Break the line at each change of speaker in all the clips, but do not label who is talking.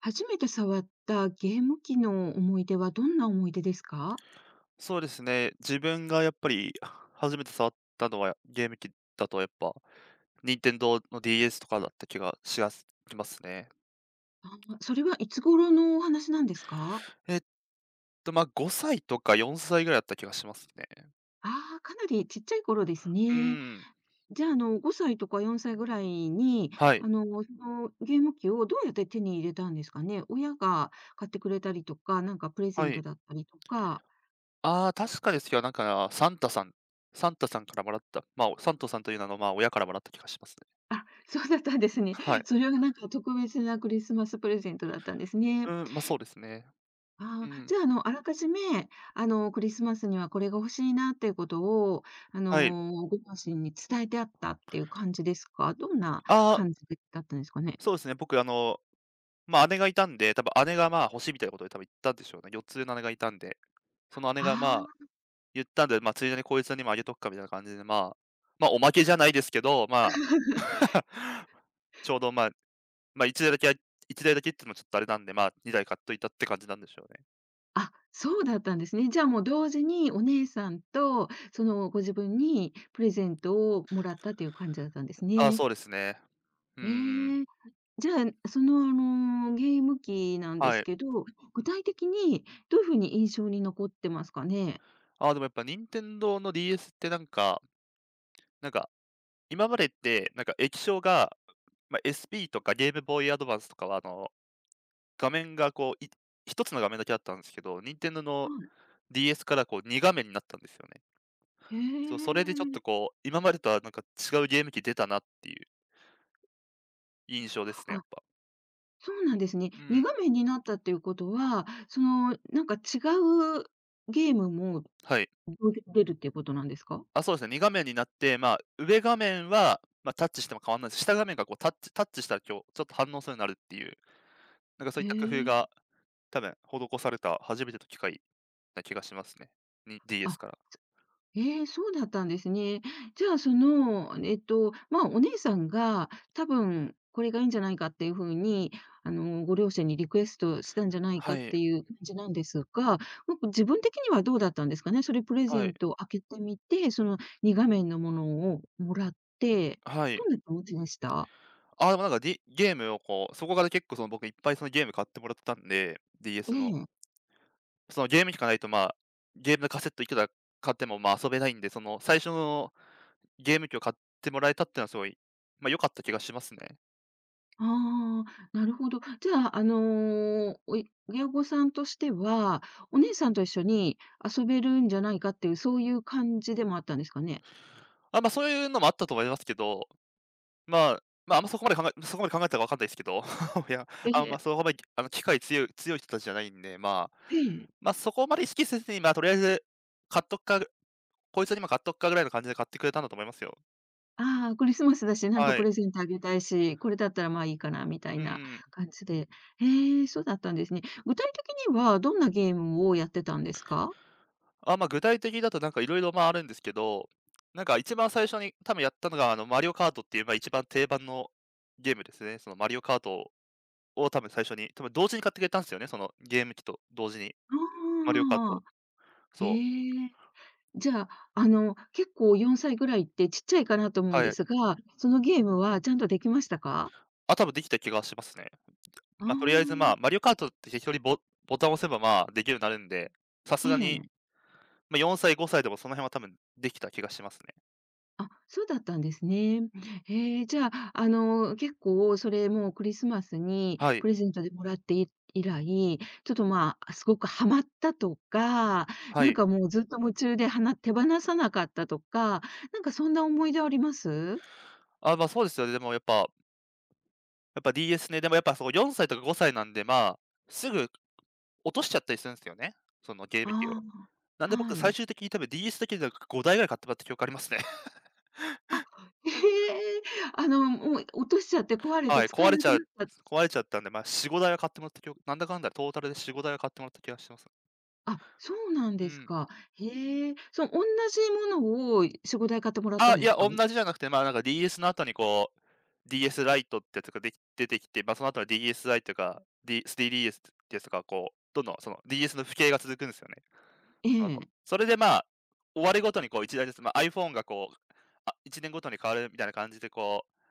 初めて触ったゲーム機の思い出はどんな思い出ですか？
そうですね。自分がやっぱり初めて触ったのはゲーム機だとやっぱ、任天堂の DS とかだった気がしますね。
それはいつ頃のお話なんですか？
えっま、5歳とか4歳ぐらいだった気がしますね。
ああ、かなりちっちゃい頃です
うー
ね。
ん、
じゃあ、5歳とか4歳ぐらいに、
はい、
そのゲーム機をどうやって手に入れたんですかね？親が買ってくれたりとか、なんかプレゼ
は
ント
い。
だったりとか。
ああ、確かですよ。なんかサンタさんからもらった、まあ、おサンタさんという名の、まあ、親からもらった気がしますね。
あ、そうだったんですね。
はい。
それはなんか特別なクリスマスプレゼントだったんですね。
うん、まあ、そうですね。
あ
う
あ、
ん、
じゃあ、あらかじめ、クリスマスにはこれが欲しいなっていうことを、
はい。
ご両親に伝えてあったっていう感じですか？どんな
ああ、
感じでだったんですかね？
そうですね。僕あの、まあ、姉がいたんで、多分姉が、まあ、欲しいみたいなことで多分言ったんでしょうね。4つ上の姉がいたんで。その姉
あ
が、まあ、
あ。
言ったんで、まあ、ついでにこいつにもあげとくかみたいな感じで、まあ、まあ、おまけじゃないですけど、まあ、ちょうど、まあ、まあ、1台だけっていうのもちょっとあれなんで、まあ、2台買っといたって感じなんでしょうね。
あ、そうだったんですね。じゃあ、もう同時にお姉さんと、その、ご自分にプレゼントをもらったという感じだったんです
ああ、
ね。
そうですね。うん
ええ。じゃあ、その、ゲーム機なんで
は
す
い。
けど、具体的にどういう風に印象に残ってますかね？
ああ、でもやっぱ任天堂の DS ってなんか、今までって、なんか液晶が、まあ、SP とかゲームボーイアドバンスとかは、あの、画面がこう、1つの画面だけだったんですけど、任天堂
は
の
い。
DS からこう2画面になったんですよね。
へ
そう、それでちょっ
え。
とこう、今までとはなんか違うゲーム機出たなっていう印象ですね、やっ
あ、
ぱ。
そうなんですね。
う
2
ん、
画面になったっていうことは、その、なんか違うゲームも
はい。
同時に出るっていうことなんですか？
あ、そうですね、2画面になって、まあ、上画面は、まあ、タッチしても変わらないです。下画面がこうタッチしたら今日ちょっと反応するようになるっていう、なんかそうい
へ
った工夫が
え。
多分施された初めての機械な気がしますね。に
あ、
DS から。
ええ、そうだったんですね。じゃあ、その、えっと、まあ、お姉さんが多分これがいいんじゃないかっていう風に、ご両親にリクエストしたんじゃないか
は
っ
い、
ていう感じなんですが、なんか自分的にはどうだったんですかね？それプレ
は
ゼ
い、
ントを開けてみて、その2画面のものをもらって、
は
ど
い。
んな気持ちでした？
あでもなんか、ゲームをこう、そこから結構その僕いっぱいそのゲーム買ってもらったんで、
え
DS の。
え。
そのゲーム機がないと、まあ、ゲームのカセットいくら買っても、まあ、遊べないんで、その最初のゲーム機を買ってもらえたっていうのはすごい、ま、良かった気がしますね。
ああ、なるほど。じゃあ、親御さんとしては、お姉さんと一緒に遊べるんじゃないかっていう、そういう感じでもあったんですかね？
あ、ま、そういうのもあったと思いますけど、まあ、ま、ああんまそこまで考えたかわかんないですけど、いや、
え
あんま
え、
そこまで、あの、機械強い人たちじゃないんで、まあ、
ええ。
ま、そこまで意識せずに、ま、とりあえず買っとくか、こいつにも買っとくかぐらいの感じで買ってくれたんだと思いますよ。
ああ、クリスマスだし、なんか
は
プ
い。
レゼントあげたいし、これだったらまあいいかなみたい
う
な
ん。
感じで。へえ、そうだったんですね。具体的にはどんなゲームをやってたんですか？
あ、まあ、具体的だとなんかいろいろま、ああるんですけど、なんか一番最初に多分やったのが、あの、マリオカートっていう、まあ、一番定番のゲームですね。そのマリオカートを多分最初に、多分同時に買ってくれたんですよね、そのゲーム機と同時に、マリオカート
ああ、
を。
え
そう、
え。じゃあ、結構4歳ぐらいってちっちゃいかなと思うん
は
で
い。
すが、そのゲームはちゃんとできましたか？
あ、多分できた気がしますね。
あ
まあ、とりあえず、まあ、
あ、
マリオカートって適当にボタンを押せば、まあ、できるようになるんで、さす
え
がに、
え。
まあ、4歳、5歳でもその辺は多分できた気がしますね。
あ、そうだったんですね。へえ、じゃあ、結構それもうクリスマスに
はい、
プレゼントでもらって以来、ちょっと、まあ、すごくハマったとか、
は
なん
い。
かもうずっと夢中で手放さなかったとか、なんかそんな思い出あります？
あ、ま、そうですよね。でもやっぱ DS ね、でもやっぱその4歳とか5歳なんで、まあ、すぐ落としちゃったりするんですよね、そのゲーム機を。
あ
なん
あ、
で僕
は
最
い。
終的に多分 DS だけで5台ぐらい買ってもらった記憶ありますね。
あ、へえ、もう落としちゃって壊れて
はい、
使
壊
え
れ
な
ちゃ
くな
う
った。
壊れちゃったんで、まあ、4、5台は買ってもらった記憶なんだかんだトータルで4、5台は買ってもらった気がします。
あ、そうなん
う
です
ん。
か。へえ、その同じものを4、5買ってもらった
あ、
ん
い
です
や、
か？
同じじゃなくて、まあ、なんか DS の後にこう、DS ライトってやつが出てきて、まあ、その後は DS ライトが、D s d s ってやつとかこう、どんどんその DS の普及が続くんですよね、
え
その後。
え。
それで、まあ、終わりごとにこう1台ずつ、まあ、iPhone がこう、あ、1年ごとに変わるみたいな感じでこう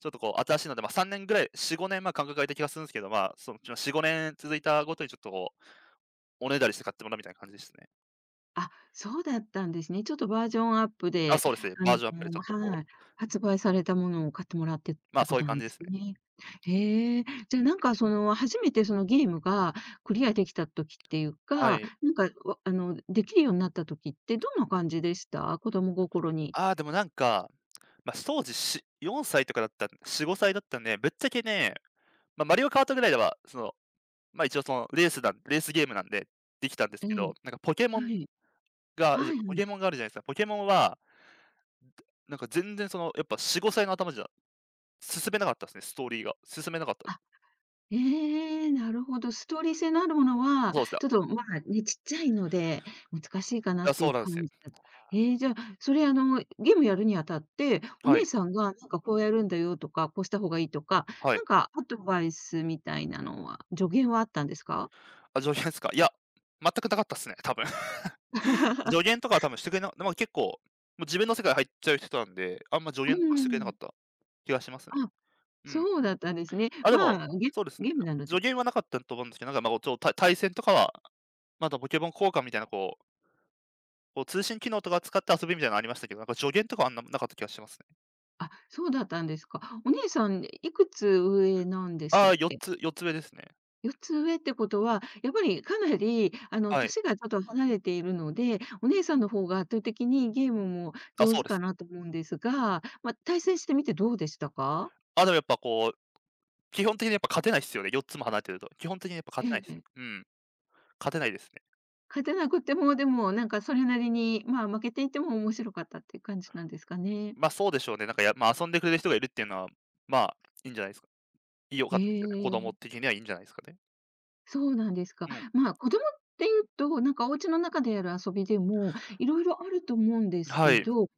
ちょっとこう新しいので、まあ、3年ぐらい、4、5年、まあ、間隔が空いた気がするんですけど、まあ、そのうち4、5年続いたごとにちょっとこう、おねだりして買ってもらうみたいな感じですね。
あ、そうだったんですね。ちょっとバージョンアップ
あ、
で、
そうですね、
あ
バージョンアップで
の、
ちょっと
は
こ
い、
う、
発売されたものを買ってもらってっ
ま、あ
て
そ
こ
ういう
とな
感
ん
じ
で
です
す
ね。
ね。へえ、じゃ、なんかその、初めてそのゲームがクリアできた時っていう
は
か、
い。
なんか、わあの、できるようになった時ってどんな感じでした？子供心に。
ああ、でもなんか、まあ、当時4、5歳だったんで、ぶっちゃけね、まあ、マリオカートぐらいでは、その、まあ、一応そのレースゲームなんでできたんです
え
け
え。
ど、なんか
はい。
が
はいは
ポ
い。
ケモンがあるじゃないですか。ポケモンは、なんか全然そのやっぱ4、5歳の頭じゃ進めなかったですね、ストーリーが。進めなかった。
あ、ええ、なるほど。ストーリー性のあるものは、
そうですね。
ちょっと、まあ、ね、ちっちゃいので、難しいかな
い
っ
や、
てい
そう
う
なんです
感
よ。
じだええ、じゃあ、それ、ゲームやるにあたって、お
は
姉
い、
さんが、なんか、こうやるんだよとか、こうした方がいいとか、
は
な
い。
んか、アドバイスみたいなのは、助言はあったんですか？
あ、助言ですか？いや、全くなかったっすね、多分。助 言とかは多分してくれなまあ、結構、もう自分の世界入っちゃう人なんで、あんま助
う
言とかしてくれなかっ
ん。
た気がしますね。
あ、
うん。
そうだったんですね。
あ、でも、
まあ、ゲ
そうですね。
ゲームなの
助
で
言はなかったと思うんですけど、なんか、ま、あちょっと対戦とかは、まだポケモン交換みたいな、こう、通信機能とか使って遊びみたいなのありましたけど、なんか助言とかはあんななかった気がしますね。
あ、そうだったんですか。お姉さん、いくつ上なんでし
あ
た
あ、
っ
4
け？
つ四つ上ですね。
4つ上ってことは、やっぱりかなり、
はい。
歳がちょっと離れているので、お姉さんの方が圧倒的にゲームも
あ、
上
そ
手
うです
か
ね。
なと思うんですが、ま、対戦してみてどうでしたか？
あ、でもやっぱこう、基本的にやっぱ勝てないっすよね、4つも離れてると。基本的にやっぱ勝
え
て
え
ないっ
え
す。
え。
うん。勝てないですね。
勝てなくても、でも、なんかそれなりに、まあ、負けていても面白かったっていう感じなんですかね。
ま、あそうでしょうね。なんか、遊んでくれる人がいるっていうのは、まあ、いいんじゃないですか。良かったですよね。
え
子供
え。
的にはいいんじゃないですかね。
そうなんですか。
うん、
まあ、子供っていうと、なんかお家の中でやる遊びでも、色々あると思うんです
は
け
い。
ど、ゲ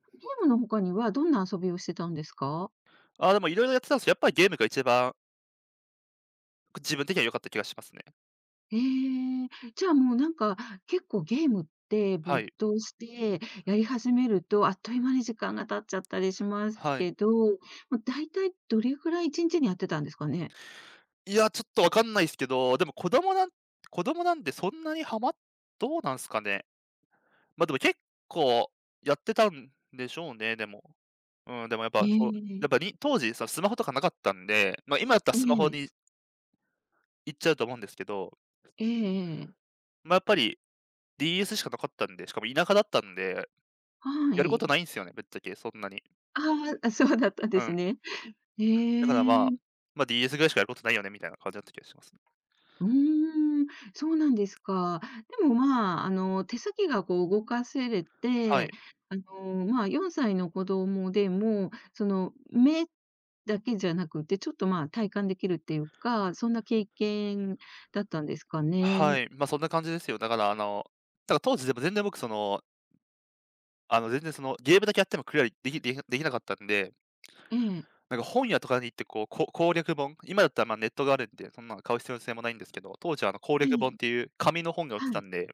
ームの他にはどんな遊びをしてたんですか？
あでもいろいろやってたんですけど、やっぱりゲームが一番、自分的には良かった気がしますね。
ええ、じゃあもうなんか、結構ゲームって
は
没
い、
頭してやり始めると、あっという間に時間が経っちゃったりします
はい。
けど、ま、大体どれぐらい1日にやってたんですかね？
いや、ちょっとわかんないですけど、でも子供なんでそんなにハマっどうなんすかね。ま、あでも結構やってたんでしょうね、でも。うん、でもやっ
え
ぱ、
え、
そう、
え
や
え、
っぱに当時、そのスマホとかなかったんで、ま、あ今だったらスマホに行っちゃうと思うんですけど、
ええええ。
ま、あやっぱり DS しかなかったんで、しかも田舎だったんで、
は
やること
い。
ないんすよね、ぶっちゃけそんなに。
ああ、あ、そうだったん
う
です
ん。
ね。え
だから、まあ、
え。
ま、DS ぐらいしかやることないよねみたいな感じだった気がしますね。
うーん、そうなんですか。でも、まあ、手先がこう動かせれ
は
て、
い。
まあ、4歳の子供でも、その、目だけじゃなくて、ちょっと、まあ、体感できるっていうか、そんな経験だったんですか
は
ね。
い、ま、そんな感じですよ。だから当時でも全然僕その、全然その、ゲームだけやってもクリアできなかったんで、
ええ、
なんか本屋とかに行ってこう、攻略本、今だったら、ま、ネットがあるんで、そんなの買う必要性もないんですけど、当時はあの攻
え
略本
え、
っていう紙の本が売って
は
た
い、
んで、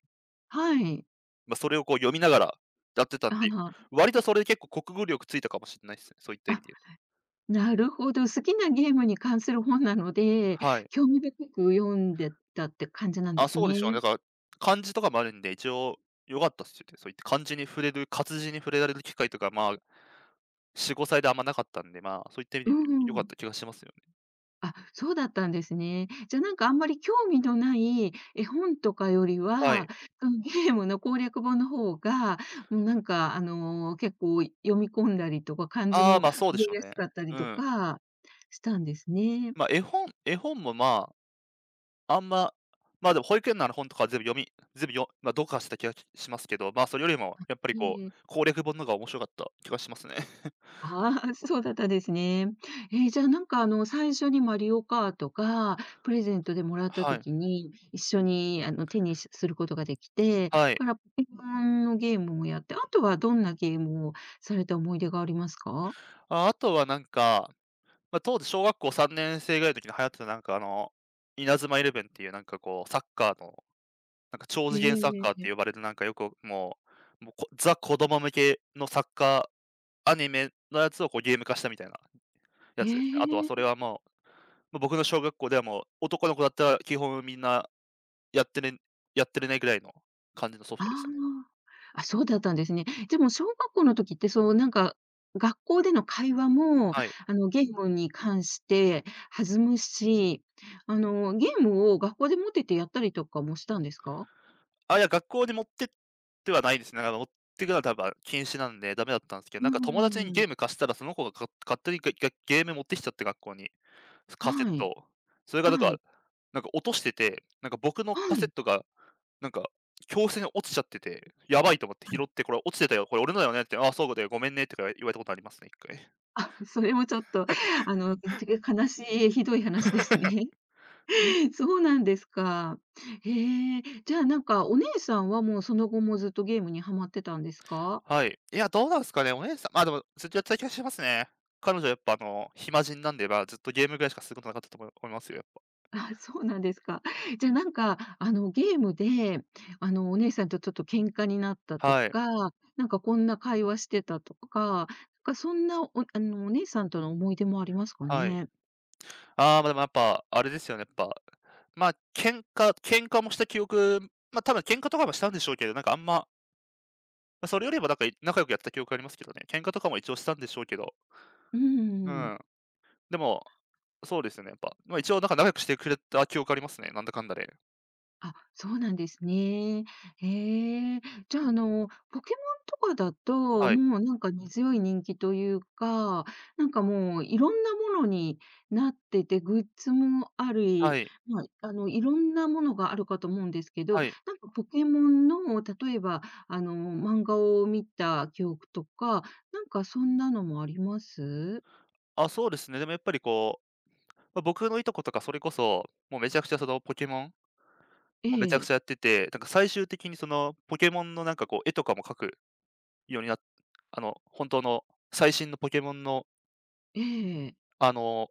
はい。
ま、それをこう読みながらやってたんで、
あ
割とそれで結構国語力ついたかもしんないっすね、そういった
あ、
意味
あ、
で言うと。
なるほど。好きなゲームに関する本なので、
はい。
興味深く読んでたって感じなんで
あ、
す
そうで
ね。
しょうね。だから、漢字とかもあるんで、一応良かったっすよね。そういった漢字に触れる活字に触れられる機会とか、まあ、4、5歳であんまなかったんで、まあ、そういった意味
う
で良かっ
ん。
た気がしますよね。
あ、そうだったんですね。じゃ、なんかあんまり興味のない絵本とかより
は
は、
い。
うん、ゲームの攻略本の方が、もうなんかあの、結構読み込んだりとか、漢字
ああ、
も
まあ、
覚
そうでしょ
えや
うね。
すかったり
う
と
ん。
かしたんですね。
まあ、絵本も、まあ、あんま、まあ、でも保育園のあの本とか全部読み全部よまあ、読破した気がしますけど、まあ、それよりもやっぱり
え
こう、
え。
攻略本の方が面白かった気がしますね。
ああ、そうだったですね。えーじゃあ、なんか、最初にマリオカートがプレゼントでもら った
はい、
時に、一緒に、手にすることができて、
はい。
からポケモンのゲームもやって、あとはどんなゲームをされた思い出がありますか？
あ、あとはなんかまあ、当時小学校3年生ぐらいの時に流行ってたなんか稲妻イレブンっていうなんかこうサッカーの、なんか超
え
次元サッ
え
カーって
え。
呼ばれるなんかよくもうザ子供向けのサッカーアニメのやつをこうゲーム化したみたいなや
え
つですね。あとはそれ
え。
はもう、ま、僕の小学校ではもう、男の子だったら基本みんなやってねやってるねぐらいの感じのソフトでしたね。
ああ、あ、そうだったんですね。でも小学校の時って、そう、なんか、学校での会話も、
はい。
ゲームに関して弾むし、ゲームを学校で持っててやったりとかもしたんですか？
あ、いや、学校に持ってってはないですね。なんか持ってくのは多分禁止なんで、ダメだったんですけど、
う
なんか友達
ん
に
ん
ゲーム貸したら、その子が勝手にゲーム持ってきちゃって学校に、カセッ
は
ト
い、
を。それがだか
は
ら、
い、
なんか落としてて、なんか僕の
は
カセッ
い。
トが、なんか教室に落ちちゃってて、やばいと思って拾っ て、これ落ちてたよ、これ俺のだよねって、ああ、そうだよ、ごめんねとか言われたことありますね、一回。
それもちょっと、あの、悲しい、ひどい話ですね。そうなんですか。へえ、じゃあ、なんか、お姉さんはもうその後もずっとゲームにはまってたんですか？
はい。いや、どうなんですかね、お姉さんまあ、でもずっとやってた気がしますね。彼女やっぱ暇人なんで、まあ、ずっとゲームぐらいしかすることなかったと思いますよ、やっぱ。
あ、そうなんですか。じゃあ、なんか、ゲームで、お姉さんとちょっと喧嘩になったと
はい、
か、なんかこんな会話してたとか、なんかそんな、おあの、お姉さんとの思い出もありますか
はい。
ね？
ああ、ま、でもやっぱ、あれですよね、やっぱ、まあ、喧嘩もした記憶、ま、多分喧嘩とかもしたんでしょうけど、なんかあんま、ま、それよりはなんか仲良くやってた記憶ありますけどね。喧嘩とかも一応したんでしょうけど、
う
う
ん。
ん。でも、そうですよね、やっぱ。ま、一応なんか仲良くしてくれた記憶ありますね、なんだかんだで。
あ、そうなんですね。へえ。じゃあ、ポケモンとかだと、
はい。
もうなんか根強い人気というか、なんかもういろんなものになってて、グッズもあ
は
り、
い。
まあ、いろんなものがあるかと思うんですけど、
はい。
なんかポケモンの、例えば、漫画を見た記憶とか、なんかそんなのもあります？
あ、そうですね。でもやっぱりこう、ま、僕のいとことかそれこそ、もうめちゃくちゃそのポケモン
え
をめちゃく
え、
ちゃやってて、なんか最終的にそのポケモンのなんかこう絵とかも描くようになっあの、本当の最新のポケモンの
ええ、
あの、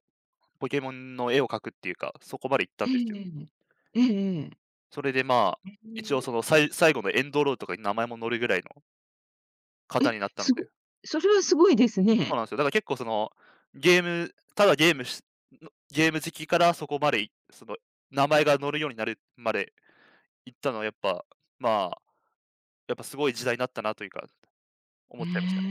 ポケモンの絵を描くっていうか、そこまで行ったん
ええ
です
え
よ。
え。ええええ。
それで、まあ、一応その、最後のエンドロールとかに名前も載るぐらいの
え、
方になったの
すご
で。
それはすごいです
そう
ね。
なんですよ。だから結構その、ゲームただゲームしのゲーム好きからそこまでいその、名前が載るようになるまで行ったのはやっぱ、まあ、やっぱすごい時代になったなというか、思
へ
っちゃいましたね。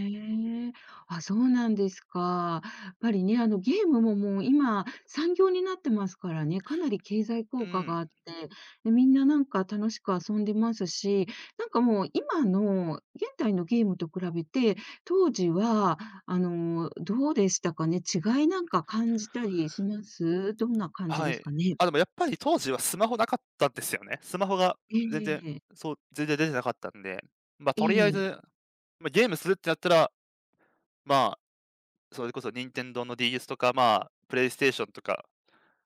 え。あ、そうなんですか。やっぱりね、ゲームももう今、産業になってますからね、かなり経済効
う
果が
ん、
あって、で、みんななんか楽しく遊んでますし、なんかもう今の現代のゲームと比べて、当時は、どうでしたかね？違いなんか感じたりします？どんな感じ
は
です
い。
かね？
あ、でもやっぱり当時はスマホなかったんですよね。スマホが
え
全
え
然
ええ。
そう、全然出てなかったんで、ま、
え
とりあえ
え。
ずまあ、ゲームするってなったら、まあ、それこそ任天堂の DS とか、まあ、プレイステーションとか、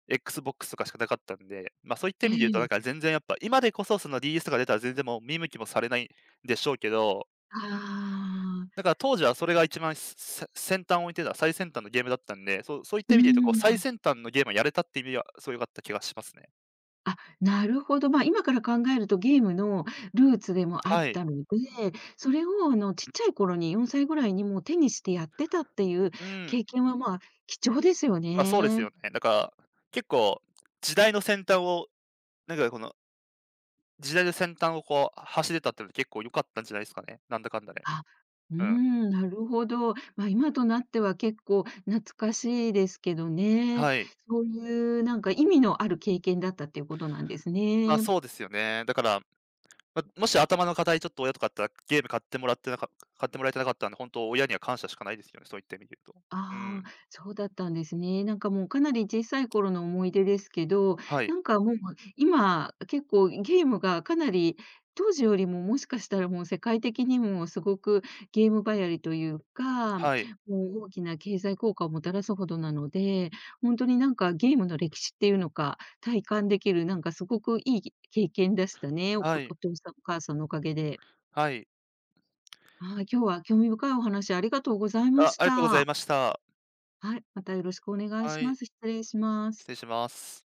Xbox とかしかなかったんで、ま、あそういった意味で言うとなんか全然やっぱ、今でこそその DS とか出たら全然もう見向きもされないんでしょうけど、
あ
だ
あ。
から当時はそれが一番、せ先端を置ってた、最先端のゲームだったんで、そういっ
う
た
ー
意味で言うと、こう最
ん。
先端のゲームをやれたっていう意味では、すごい良かった気がしますね。
あ、なるほど。まあ、今から考えるとゲームのルーツでもあっ
はい。
たので、それをちっちゃい頃に4歳ぐらいにもう手にしてやってたっていう
うん。
経験は、まあ、貴重ですよ
まあ、そうです
ね。
よね。だから、結構時代の先端を、なんかこの時代の先端をこう走れたっていうのは結構良かったんじゃないですかね、なんだかんだで。
あ、うー
うん。
ん、なるほど。まあ、今となっては結構懐かしいですけどね。
はい。
そういうなんか意味のある経験だったっていうことなんです
ま、あ
ね。
そうですよね。だから、ま、もし頭の硬いちょっと親とかだったら、ゲーム買ってもらえてなかったんで、本当親には感謝しかないですよね、そういった意味で言うと。う
あ
ん。
あ、そうだったんですね。なんかもうかなり小さい頃の思い出ですけど、
はい、
なんかもう今結構ゲームがかなり当時よりももしかしたらもう世界的にもすごくゲーム流行りというか、も
はい、
う大きな経済効果をもたらすほどなので、本当になんかゲームの歴史っていうのか、体感できるなんかすごくいい経験でしたね。
は
お
い、
父さんお母さんのおかげで。
はい。
はい、今日は興味深いお話ありがとうございま
あ、
し
ありがとうござ
た。
いました。
はい、またよろしくお願い
は
しま
い、
す。失礼しま
失
す。
礼します。